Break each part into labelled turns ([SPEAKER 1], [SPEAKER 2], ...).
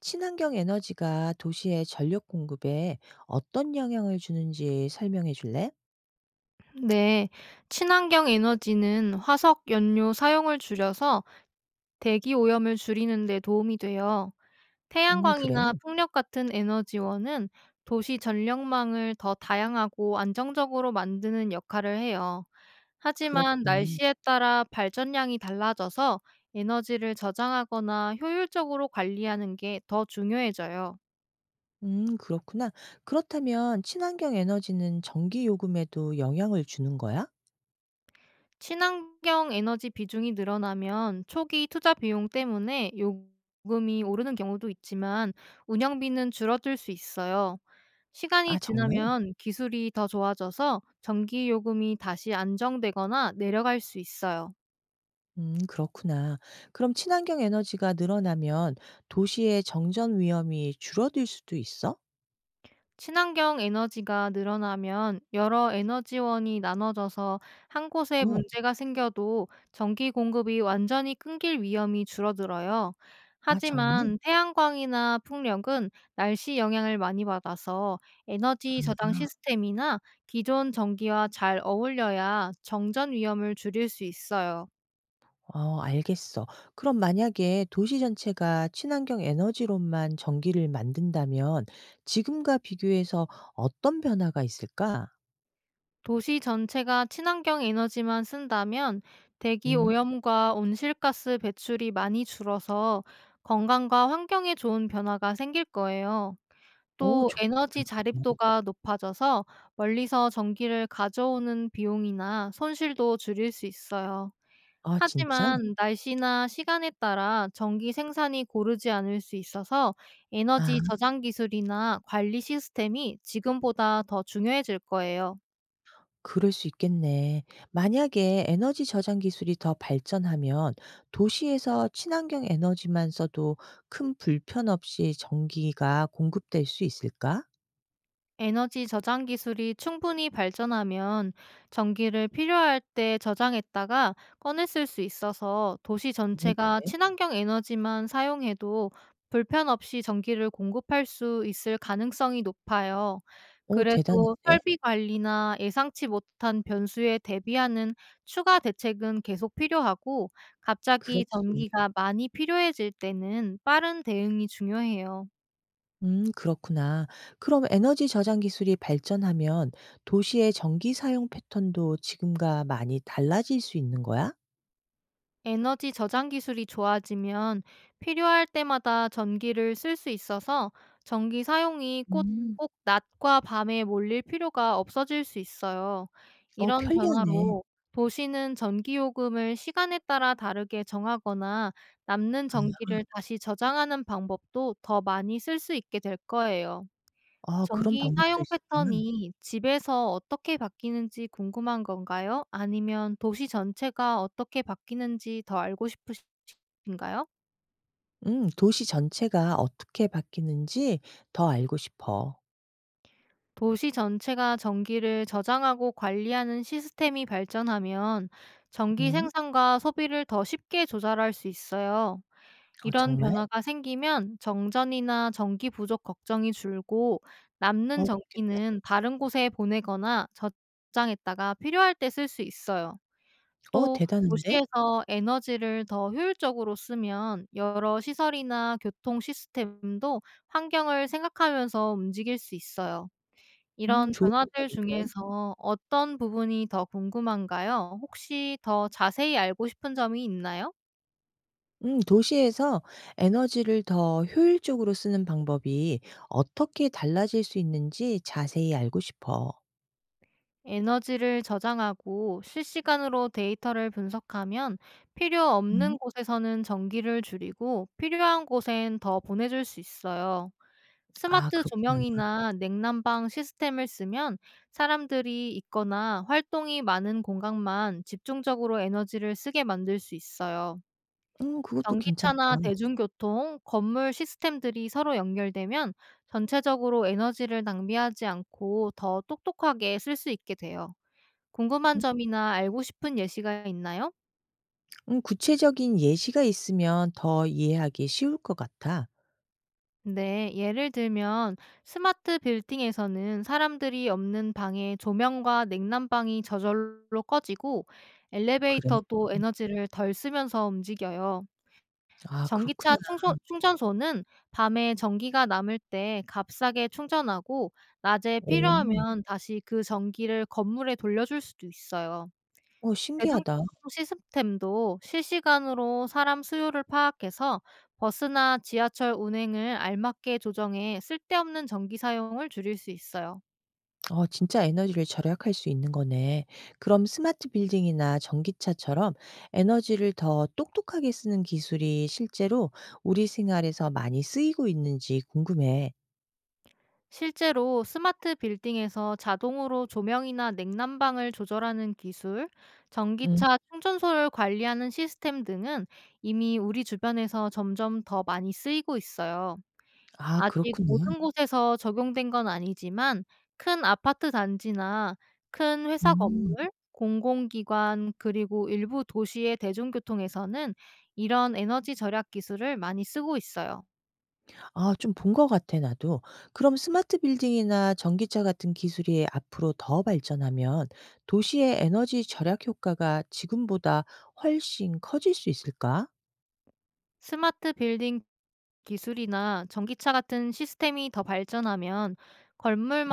[SPEAKER 1] 친환경 에너지가 도시의 전력 공급에 어떤 영향을 주는지 설명해 줄래?
[SPEAKER 2] 네, 친환경 에너지는 화석 연료 사용을 줄여서 대기 오염을 줄이는 데 도움이 돼요.
[SPEAKER 1] 그래.
[SPEAKER 2] 태양광이나 풍력 같은 에너지원은 도시 전력망을 더 다양하고 안정적으로 만드는 역할을 해요. 하지만
[SPEAKER 1] 그렇구나.
[SPEAKER 2] 날씨에 따라 발전량이 달라져서 에너지를 저장하거나 효율적으로 관리하는 게 더 중요해져요.
[SPEAKER 1] 그렇구나. 그렇다면 친환경 에너지는 전기 요금에도 영향을 주는 거야?
[SPEAKER 2] 친환경 에너지 비중이 늘어나면 초기 투자 비용 때문에 요금이 오르는 경우도 있지만 운영비는 줄어들 수 있어요. 시간이
[SPEAKER 1] 아, 정말?
[SPEAKER 2] 지나면 기술이 더 좋아져서 전기 요금이 다시 안정되거나 내려갈 수 있어요.
[SPEAKER 1] 그렇구나. 그럼 친환경 에너지가 늘어나면 도시의 정전 위험이 줄어들 수도 있어?
[SPEAKER 2] 친환경 에너지가 늘어나면 여러 에너지원이 나눠져서 한 곳에
[SPEAKER 1] 어,
[SPEAKER 2] 문제가 생겨도 전기 공급이 완전히 끊길 위험이 줄어들어요.
[SPEAKER 1] 아, 정말?
[SPEAKER 2] 하지만 태양광이나 풍력은 날씨 영향을 많이 받아서 에너지 저장 시스템이나 기존 전기와 잘 어울려야 정전 위험을 줄일 수 있어요.
[SPEAKER 1] 어, 알겠어. 그럼 만약에 도시 전체가 친환경 에너지로만 전기를 만든다면 지금과 비교해서 어떤 변화가 있을까?
[SPEAKER 2] 도시 전체가 친환경 에너지만 쓴다면 대기
[SPEAKER 1] 음,
[SPEAKER 2] 오염과 온실가스 배출이 많이 줄어서 건강과 환경에 좋은 변화가 생길 거예요.
[SPEAKER 1] 오,
[SPEAKER 2] 또
[SPEAKER 1] 좋겠다.
[SPEAKER 2] 에너지
[SPEAKER 1] 음.
[SPEAKER 2] 자립도가 높아져서 멀리서 전기를 가져오는 비용이나 손실도 줄일 수 있어요.
[SPEAKER 1] 아, 진짜?
[SPEAKER 2] 하지만 날씨나 시간에 따라 전기 생산이 고르지 않을 수 있어서
[SPEAKER 1] 아,
[SPEAKER 2] 에너지 저장 기술이나 관리 시스템이 지금보다 더 중요해질 거예요.
[SPEAKER 1] 그럴 수 있겠네. 만약에 에너지 저장 기술이 더 발전하면 도시에서 친환경 에너지만 써도 큰 불편 없이 전기가 공급될 수 있을까?
[SPEAKER 2] 에너지 저장 기술이 충분히 발전하면 전기를 필요할 때 저장했다가 꺼내 쓸 수 있어서 도시
[SPEAKER 1] 오,
[SPEAKER 2] 전체가
[SPEAKER 1] 그래?
[SPEAKER 2] 친환경 에너지만 사용해도 불편 없이 전기를 공급할 수 있을 가능성이 높아요.
[SPEAKER 1] 오,
[SPEAKER 2] 그래도
[SPEAKER 1] 대단한데?
[SPEAKER 2] 설비 관리나 예상치 못한 변수에 대비하는 추가 대책은 계속 필요하고, 갑자기
[SPEAKER 1] 그렇지.
[SPEAKER 2] 전기가 많이 필요해질 때는 빠른 대응이 중요해요.
[SPEAKER 1] 그렇구나. 그럼 에너지 저장 기술이 발전하면 도시의 전기 사용 패턴도 지금과 많이 달라질 수 있는 거야?
[SPEAKER 2] 에너지 저장 기술이 좋아지면 필요할 때마다 전기를 쓸 수 있어서 전기 사용이 꼭,
[SPEAKER 1] 음,
[SPEAKER 2] 꼭 낮과 밤에 몰릴 필요가 없어질 수 있어요.
[SPEAKER 1] 어,
[SPEAKER 2] 이런
[SPEAKER 1] 편리하네.
[SPEAKER 2] 변화로 도시는 전기 요금을 시간에 따라 다르게 정하거나 남는 전기를 다시 저장하는 방법도 더 많이 쓸 수 있게 될 거예요.
[SPEAKER 1] 아, 그런
[SPEAKER 2] 전기
[SPEAKER 1] 방법도
[SPEAKER 2] 사용
[SPEAKER 1] 있었구나.
[SPEAKER 2] 패턴이 집에서 어떻게 바뀌는지 궁금한 건가요? 아니면 도시 전체가 어떻게 바뀌는지 더 알고 싶으신가요?
[SPEAKER 1] 도시 전체가 어떻게 바뀌는지 더 알고 싶어.
[SPEAKER 2] 도시 전체가 전기를 저장하고 관리하는 시스템이 발전하면 전기
[SPEAKER 1] 음,
[SPEAKER 2] 생산과 소비를 더 쉽게 조절할 수 있어요.
[SPEAKER 1] 어,
[SPEAKER 2] 이런
[SPEAKER 1] 정말?
[SPEAKER 2] 변화가 생기면 정전이나 전기 부족 걱정이 줄고, 남는
[SPEAKER 1] 어, 좋겠-
[SPEAKER 2] 전기는 다른 곳에 보내거나 저장했다가 필요할 때 쓸 수 있어요.
[SPEAKER 1] 어,
[SPEAKER 2] 또
[SPEAKER 1] 대단한데?
[SPEAKER 2] 도시에서 에너지를 더 효율적으로 쓰면 여러 시설이나 교통 시스템도 환경을 생각하면서 움직일 수 있어요. 이런
[SPEAKER 1] 좋은
[SPEAKER 2] 변화들
[SPEAKER 1] 생각인데.
[SPEAKER 2] 중에서 어떤 부분이 더 궁금한가요? 혹시 더 자세히 알고 싶은 점이 있나요?
[SPEAKER 1] 도시에서 에너지를 더 효율적으로 쓰는 방법이 어떻게 달라질 수 있는지 자세히 알고 싶어.
[SPEAKER 2] 에너지를 저장하고 실시간으로 데이터를 분석하면 필요
[SPEAKER 1] 음.
[SPEAKER 2] 없는 곳에서는 전기를 줄이고 필요한 곳엔 더 보내줄 수 있어요.
[SPEAKER 1] 아
[SPEAKER 2] 스마트
[SPEAKER 1] 그렇구나.
[SPEAKER 2] 조명이나 냉난방 시스템을 쓰면 사람들이 있거나 활동이 많은 공간만 집중적으로 에너지를 쓰게 만들 수 있어요.
[SPEAKER 1] 그것도 괜찮다.
[SPEAKER 2] 전기차나 대중교통, 건물 시스템들이 서로 연결되면 전체적으로 에너지를 낭비하지 않고 더 똑똑하게 쓸 수 있게 돼요. 궁금한
[SPEAKER 1] 음
[SPEAKER 2] 점이나 알고 싶은 예시가 있나요?
[SPEAKER 1] 구체적인 예시가 있으면 더 이해하기 쉬울 것 같아.
[SPEAKER 2] 네, 예를 들면 스마트 빌딩에서는 사람들이 없는 방에 조명과 냉난방이 저절로 꺼지고
[SPEAKER 1] 그래.
[SPEAKER 2] 엘리베이터도
[SPEAKER 1] 음.
[SPEAKER 2] 에너지를 덜 쓰면서 움직여요.
[SPEAKER 1] 아 그렇구나.
[SPEAKER 2] 전기차 충전소는 밤에 전기가 남을 때 값싸게 충전하고 낮에
[SPEAKER 1] 어.
[SPEAKER 2] 필요하면 다시 그 전기를 건물에 돌려줄 수도 있어요.
[SPEAKER 1] 어
[SPEAKER 2] 대중교통
[SPEAKER 1] 신기하다.
[SPEAKER 2] 시스템도 실시간으로 사람 수요를 파악해서 버스나 지하철 운행을 알맞게 조정해 쓸데없는 전기 사용을 줄일 수 있어요.
[SPEAKER 1] 어 진짜 에너지를 절약할 수 있는 거네. 그럼 스마트 빌딩이나 전기차처럼 에너지를 더 똑똑하게 쓰는 기술이 실제로 우리 생활에서 많이 쓰이고 있는지 궁금해.
[SPEAKER 2] 실제로 스마트 빌딩에서 자동으로 조명이나 냉난방을 조절하는 기술,
[SPEAKER 1] 음.
[SPEAKER 2] 전기차 충전소를 관리하는 시스템 등은 이미 우리 주변에서 점점 더 많이 쓰이고 있어요.
[SPEAKER 1] 아
[SPEAKER 2] 아직
[SPEAKER 1] 그렇군요.
[SPEAKER 2] 모든 곳에서 적용된 건 아니지만 큰 아파트 단지나 큰 회사 건물,
[SPEAKER 1] 음.
[SPEAKER 2] 공공기관, 그리고 일부 도시의 대중교통에서는 이런 에너지 절약 기술을 많이 쓰고 있어요.
[SPEAKER 1] 아 좀 본 것 같아 나도. 그럼 스마트 빌딩이나 전기차 같은 기술이 앞으로 더 발전하면 도시의 에너지 절약 효과가 지금보다 훨씬 커질 수 있을까?
[SPEAKER 2] 스마트 빌딩 기술이나 전기차 같은 시스템이 더 발전하면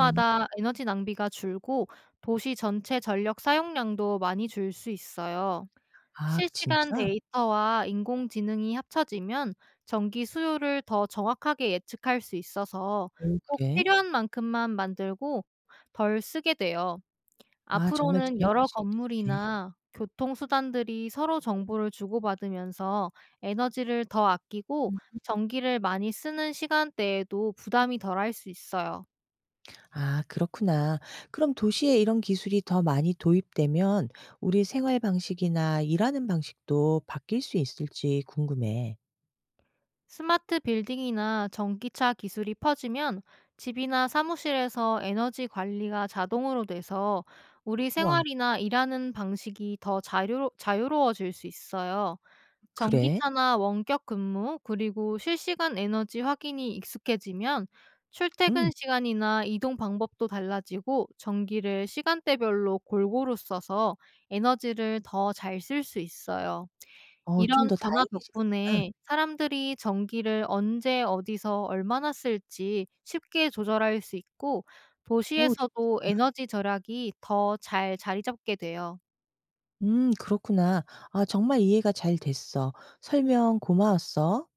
[SPEAKER 1] 음.
[SPEAKER 2] 에너지 낭비가 줄고 도시 전체 전력 사용량도 많이 줄 수 있어요.
[SPEAKER 1] 아
[SPEAKER 2] 실시간
[SPEAKER 1] 진짜?
[SPEAKER 2] 데이터와 인공지능이 합쳐지면 전기 수요를 더 정확하게 예측할 수 있어서
[SPEAKER 1] 오
[SPEAKER 2] 꼭
[SPEAKER 1] 그래?
[SPEAKER 2] 필요한 만큼만 만들고 덜 쓰게 돼요.
[SPEAKER 1] 아 정말
[SPEAKER 2] 앞으로는
[SPEAKER 1] 절약할
[SPEAKER 2] 여러
[SPEAKER 1] 수 있겠네.
[SPEAKER 2] 건물이나 교통수단들이 서로 정보를 주고받으면서 에너지를 더 아끼고, 전기를 많이 쓰는 시간대에도 부담이 덜할 수 있어요.
[SPEAKER 1] 아 그렇구나. 그럼 도시에 이런 기술이 더 많이 도입되면 우리 생활 방식이나 일하는 방식도 바뀔 수 있을지 궁금해.
[SPEAKER 2] 스마트 빌딩이나 전기차 기술이 퍼지면 집이나 사무실에서 에너지 관리가 자동으로 돼서 우리
[SPEAKER 1] 우와
[SPEAKER 2] 생활이나 일하는 방식이 더 자유로워질 수 있어요.
[SPEAKER 1] 그래?
[SPEAKER 2] 전기차나 원격 근무, 그리고 실시간 에너지 확인이 익숙해지면 출퇴근
[SPEAKER 1] 응
[SPEAKER 2] 시간이나 이동 방법도 달라지고 전기를 시간대별로 골고루 써서 에너지를 더 잘 쓸 수 있어요.
[SPEAKER 1] 어좀
[SPEAKER 2] 이런
[SPEAKER 1] 더다양
[SPEAKER 2] 변화
[SPEAKER 1] 해지구나
[SPEAKER 2] 덕분에 사람들이 전기를 언제 어디서 얼마나 쓸지 쉽게 조절할 수 있고
[SPEAKER 1] 어
[SPEAKER 2] 도시에서도 에너지 절약이 더 잘 자리 잡게 돼요.
[SPEAKER 1] 그렇구나. 아 정말 이해가 잘 됐어. 설명 고마웠어.